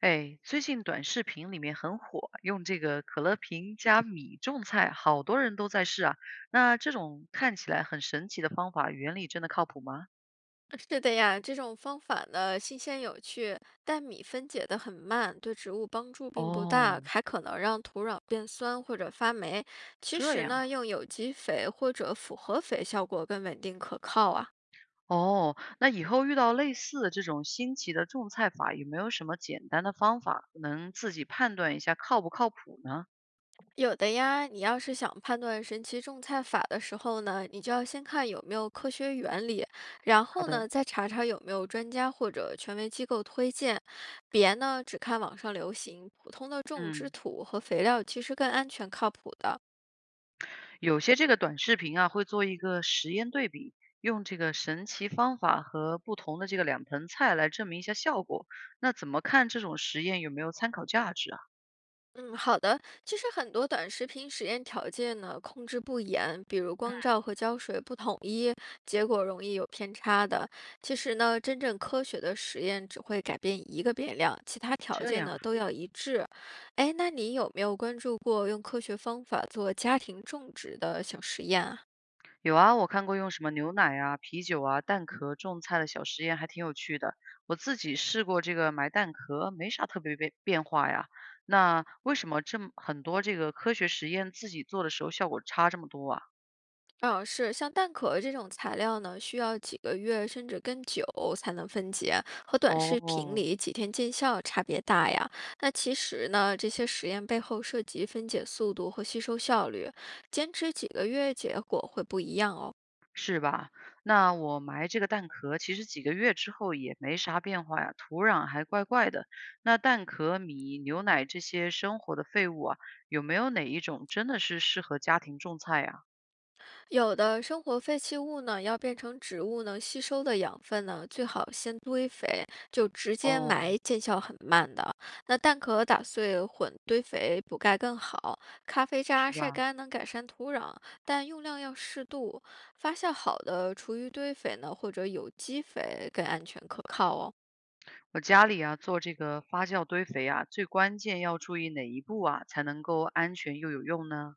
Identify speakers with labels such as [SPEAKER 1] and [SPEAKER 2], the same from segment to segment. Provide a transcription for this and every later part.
[SPEAKER 1] 哎，最近短视频里面很火，用这个可乐瓶加米种菜，好多人都在试啊。那这种看起来很神奇的方法，原理真的靠谱吗？
[SPEAKER 2] 是的呀，这种方法呢，新鲜有趣，但米分解得很慢，对植物帮助并不大，
[SPEAKER 1] 哦
[SPEAKER 2] 还可能让土壤变酸或者发霉。其
[SPEAKER 1] 这
[SPEAKER 2] 实
[SPEAKER 1] 样
[SPEAKER 2] 呢，
[SPEAKER 1] 啊，
[SPEAKER 2] 用有机肥或者复合肥效果更稳定可靠啊。
[SPEAKER 1] 哦，那以后遇到类似的这种新奇的种菜法，有没有什么简单的方法能自己判断一下靠不靠谱呢？
[SPEAKER 2] 有的呀，你要是想判断神奇种菜法的时候呢，你就要先看有没有科学原理，然
[SPEAKER 1] 好
[SPEAKER 2] 后
[SPEAKER 1] 的，
[SPEAKER 2] 呢，再查查有没有专家或者权威机构推荐。别呢，只看网上流行，普通的种植
[SPEAKER 1] 嗯。
[SPEAKER 2] 土和肥料其实更安全靠谱的。
[SPEAKER 1] 有些这个短视频啊，会做一个实验对比，用这个神奇方法和不同的这个两盆菜来证明一下效果。那怎么看这种实验有没有参考价值啊？
[SPEAKER 2] 嗯，好的。其实很多短视频实验条件呢控制不严，比如光照和胶水不统一，结果容易有偏差的。其实呢，真正科学的实验只会改变一个变量，其他条
[SPEAKER 1] 这
[SPEAKER 2] 件
[SPEAKER 1] 样
[SPEAKER 2] 呢
[SPEAKER 1] 啊
[SPEAKER 2] 都要一致。哎，那你有没有关注过用科学方法做家庭种植的小实验啊？
[SPEAKER 1] 有啊，我看过用什么牛奶啊、啤酒啊、蛋壳种菜的小实验，还挺有趣的。我自己试过这个埋蛋壳，没啥特别变化呀。那为什么这么很多这个科学实验自己做的时候效果差这么多啊？
[SPEAKER 2] 嗯，是像蛋壳这种材料呢，需要几个月甚至更久才能分解，和短视频
[SPEAKER 1] 哦，
[SPEAKER 2] 里几天见效差别大呀。那其实呢，这些实验背后涉及分解速度和吸收效率，坚持几个月，结果会不一样哦。
[SPEAKER 1] 是吧？那我埋这个蛋壳，其实几个月之后也没啥变化呀，土壤还怪怪的。那蛋壳、米、牛奶这些生活的废物啊，有没有哪一种真的是适合家庭种菜呀？
[SPEAKER 2] 有的生活废弃物呢，要变成植物能吸收的养分呢，最好先堆肥，就直接埋，
[SPEAKER 1] 哦，
[SPEAKER 2] 见效很慢的。那蛋壳打碎混堆肥补钙更好，咖啡渣
[SPEAKER 1] 是
[SPEAKER 2] 晒
[SPEAKER 1] 吧？
[SPEAKER 2] 干能改善土壤，但用量要适度。发酵好的厨余堆肥呢，或者有机肥更安全可靠哦。
[SPEAKER 1] 我家里啊做这个发酵堆肥啊，最关键要注意哪一步啊，才能够安全又有用呢？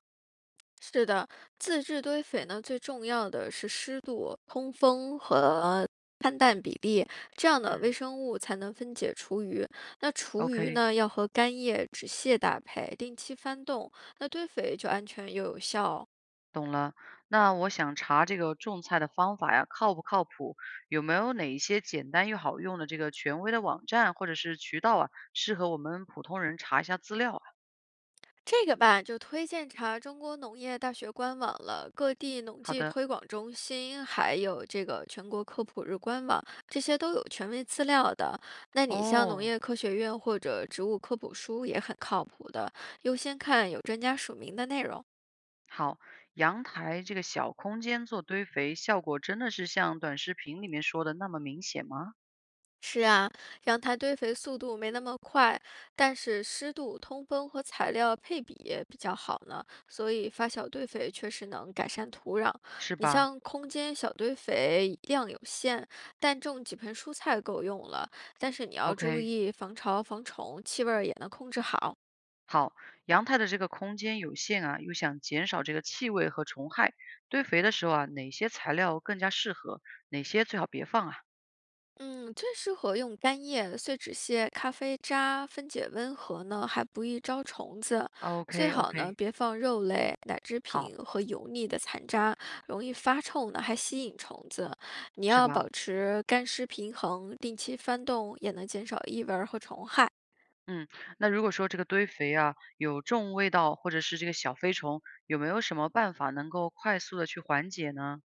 [SPEAKER 2] 是的，自制堆肥呢，最重要的是湿度、通风碳氮比例，这样的微
[SPEAKER 1] 嗯
[SPEAKER 2] 生物才能分解厨余。那厨余
[SPEAKER 1] ，OK。
[SPEAKER 2] 呢，要和干叶、纸屑搭配，定期翻动，那堆肥就安全又有效哦。
[SPEAKER 1] 懂了，那我想查这个种菜的方法呀，靠不靠谱？有没有哪一些简单又好用的这个权威的网站或者是渠道啊，适合我们普通人查一下资料啊？
[SPEAKER 2] 这个吧，就推荐查中国农业大学官网了，各地农
[SPEAKER 1] 好
[SPEAKER 2] 技
[SPEAKER 1] 的，
[SPEAKER 2] 推广中心，还有这个全国科普日官网，这些都有权威资料的。那你像农
[SPEAKER 1] 哦，
[SPEAKER 2] 业科学院或者植物科普书也很靠谱的，优先看有专家署名的内容。
[SPEAKER 1] 好，阳台这个小空间做堆肥，效果真的是像短视频里面说的那么明显吗？
[SPEAKER 2] 是啊，阳台堆肥速度没那么快，但是湿度、通风和材料配比也比较好呢，所以发小堆肥确实能改善土壤。
[SPEAKER 1] 是
[SPEAKER 2] 你
[SPEAKER 1] 吧
[SPEAKER 2] 像空间小堆肥量有限，但种几盆蔬菜够用了。但是你要注
[SPEAKER 1] ？OK，
[SPEAKER 2] 意防潮、防虫，气味儿也能控制好。
[SPEAKER 1] 好，阳台的这个空间有限啊，又想减少这个气味和虫害，堆肥的时候啊，哪些材料更加适合？哪些最好别放啊？
[SPEAKER 2] 嗯，最适合用干叶、碎纸屑、咖啡渣，分解温和呢，还不易招虫子。最好呢，
[SPEAKER 1] OK，OK，
[SPEAKER 2] 别放肉类、奶制品
[SPEAKER 1] 好，
[SPEAKER 2] 和油腻的残渣，容易发臭呢，还吸引虫子。你
[SPEAKER 1] 是
[SPEAKER 2] 要
[SPEAKER 1] 吧？
[SPEAKER 2] 保持干湿平衡，定期翻动也能减少异味儿和虫害。
[SPEAKER 1] 嗯，那如果说这个堆肥啊，有重味道或者是这个小飞虫，有没有什么办法能够快速的去缓解呢？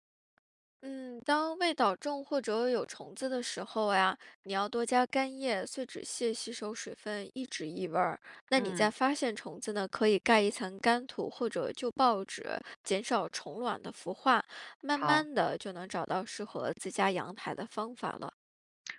[SPEAKER 2] 嗯，当味道重或者有虫子的时候呀，你要多加干叶、碎纸屑吸收水分，抑制异味儿。那你在
[SPEAKER 1] 嗯，
[SPEAKER 2] 发现虫子呢，可以盖一层干土或者旧报纸，减少虫卵的孵化，慢
[SPEAKER 1] 好，
[SPEAKER 2] 慢的就能找到适合自家阳台的方法了。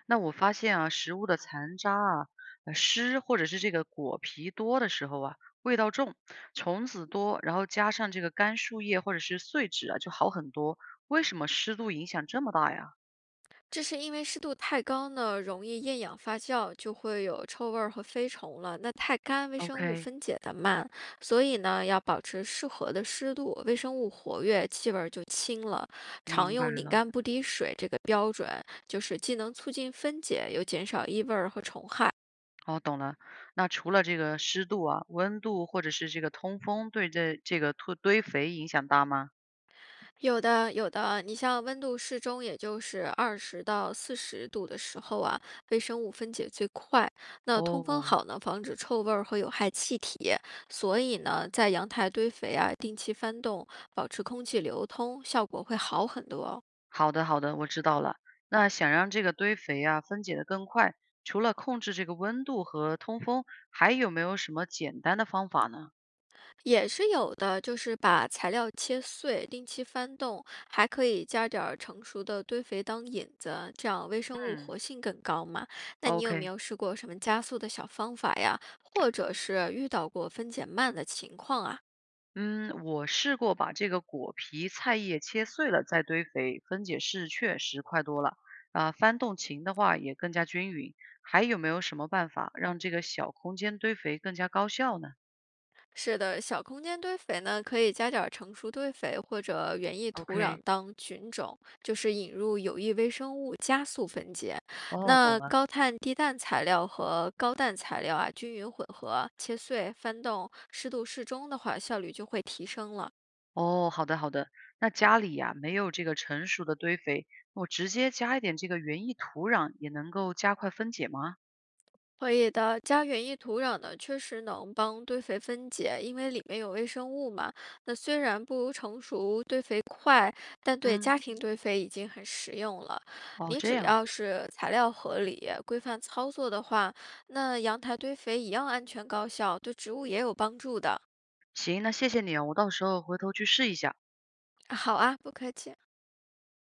[SPEAKER 1] 那我发现啊，食物的残渣啊、湿或者是这个果皮多的时候啊，味道重，虫子多，然后加上这个干树叶或者是碎纸啊，就好很多。为什么湿度影响这么大呀
[SPEAKER 2] 这是因为湿度太高呢，容易厌氧发酵，就会有臭味儿和飞虫了。那太干，微生物
[SPEAKER 1] ？OK，
[SPEAKER 2] 分解的慢，所以呢，要保持适合的湿度，微生物活跃，气味儿就轻了。常
[SPEAKER 1] 明白
[SPEAKER 2] 用拧
[SPEAKER 1] 了。
[SPEAKER 2] 干不滴水这个标准，就是既能促进分解，又减少异味儿和虫害。
[SPEAKER 1] 哦，懂了。那除了这个湿度啊、温度或者是这个通风对这个土堆肥影响大吗？
[SPEAKER 2] 有的，有的。你像温度适中，也就是20到40度的时候啊，微生物分解最快。那通风
[SPEAKER 1] 哦，
[SPEAKER 2] 好呢，防止臭味儿和有害气体。所以呢，在阳台堆肥啊，定期翻动，保持空气流通，效果会好很多哦。
[SPEAKER 1] 好的好的，我知道了。那想让这个堆肥啊分解得更快，除了控制这个温度和通风，还有没有什么简单的方法呢？
[SPEAKER 2] 也是有的，就是把材料切碎，定期翻动，还可以加点儿成熟的堆肥当引子，这样微生物
[SPEAKER 1] 嗯
[SPEAKER 2] 活性更高嘛。那你有没
[SPEAKER 1] ，OK。
[SPEAKER 2] 有试过什么加速的小方法呀？或者是遇到过分解慢的情况啊？
[SPEAKER 1] 嗯，我试过把这个果皮、菜叶切碎了再堆肥，分解是确实快多了。啊，翻动勤的话也更加均匀。还有没有什么办法让这个小空间堆肥更加高效呢
[SPEAKER 2] 是的，小空间堆肥呢，可以加点儿成熟堆肥或者园艺土壤
[SPEAKER 1] ？OK，
[SPEAKER 2] 当菌种，就是引入有益微生物，加速分解。
[SPEAKER 1] 哦，
[SPEAKER 2] 那
[SPEAKER 1] 懂了。
[SPEAKER 2] 高碳低氮材料和高氮材料啊，均匀混合，切碎翻动，湿度适中的话，效率就会提升了。
[SPEAKER 1] 哦，好的好的。那家里呀、没有这个成熟的堆肥，我直接加一点这个园艺土壤也能够加快分解吗？
[SPEAKER 2] 可以的，加园艺土壤呢，确实能帮堆肥分解，因为里面有微生物嘛。那虽然不如成熟堆肥但对
[SPEAKER 1] 嗯，
[SPEAKER 2] 家庭堆肥已经很实用了，
[SPEAKER 1] 哦，
[SPEAKER 2] 你
[SPEAKER 1] 这
[SPEAKER 2] 只
[SPEAKER 1] 样啊。
[SPEAKER 2] 要是材料合理、规范操作的话，那阳台堆肥一样安全高效，对植物也有帮助的。
[SPEAKER 1] 行，那谢谢你啊，我到时候回头去试一下。
[SPEAKER 2] 好啊，不客气。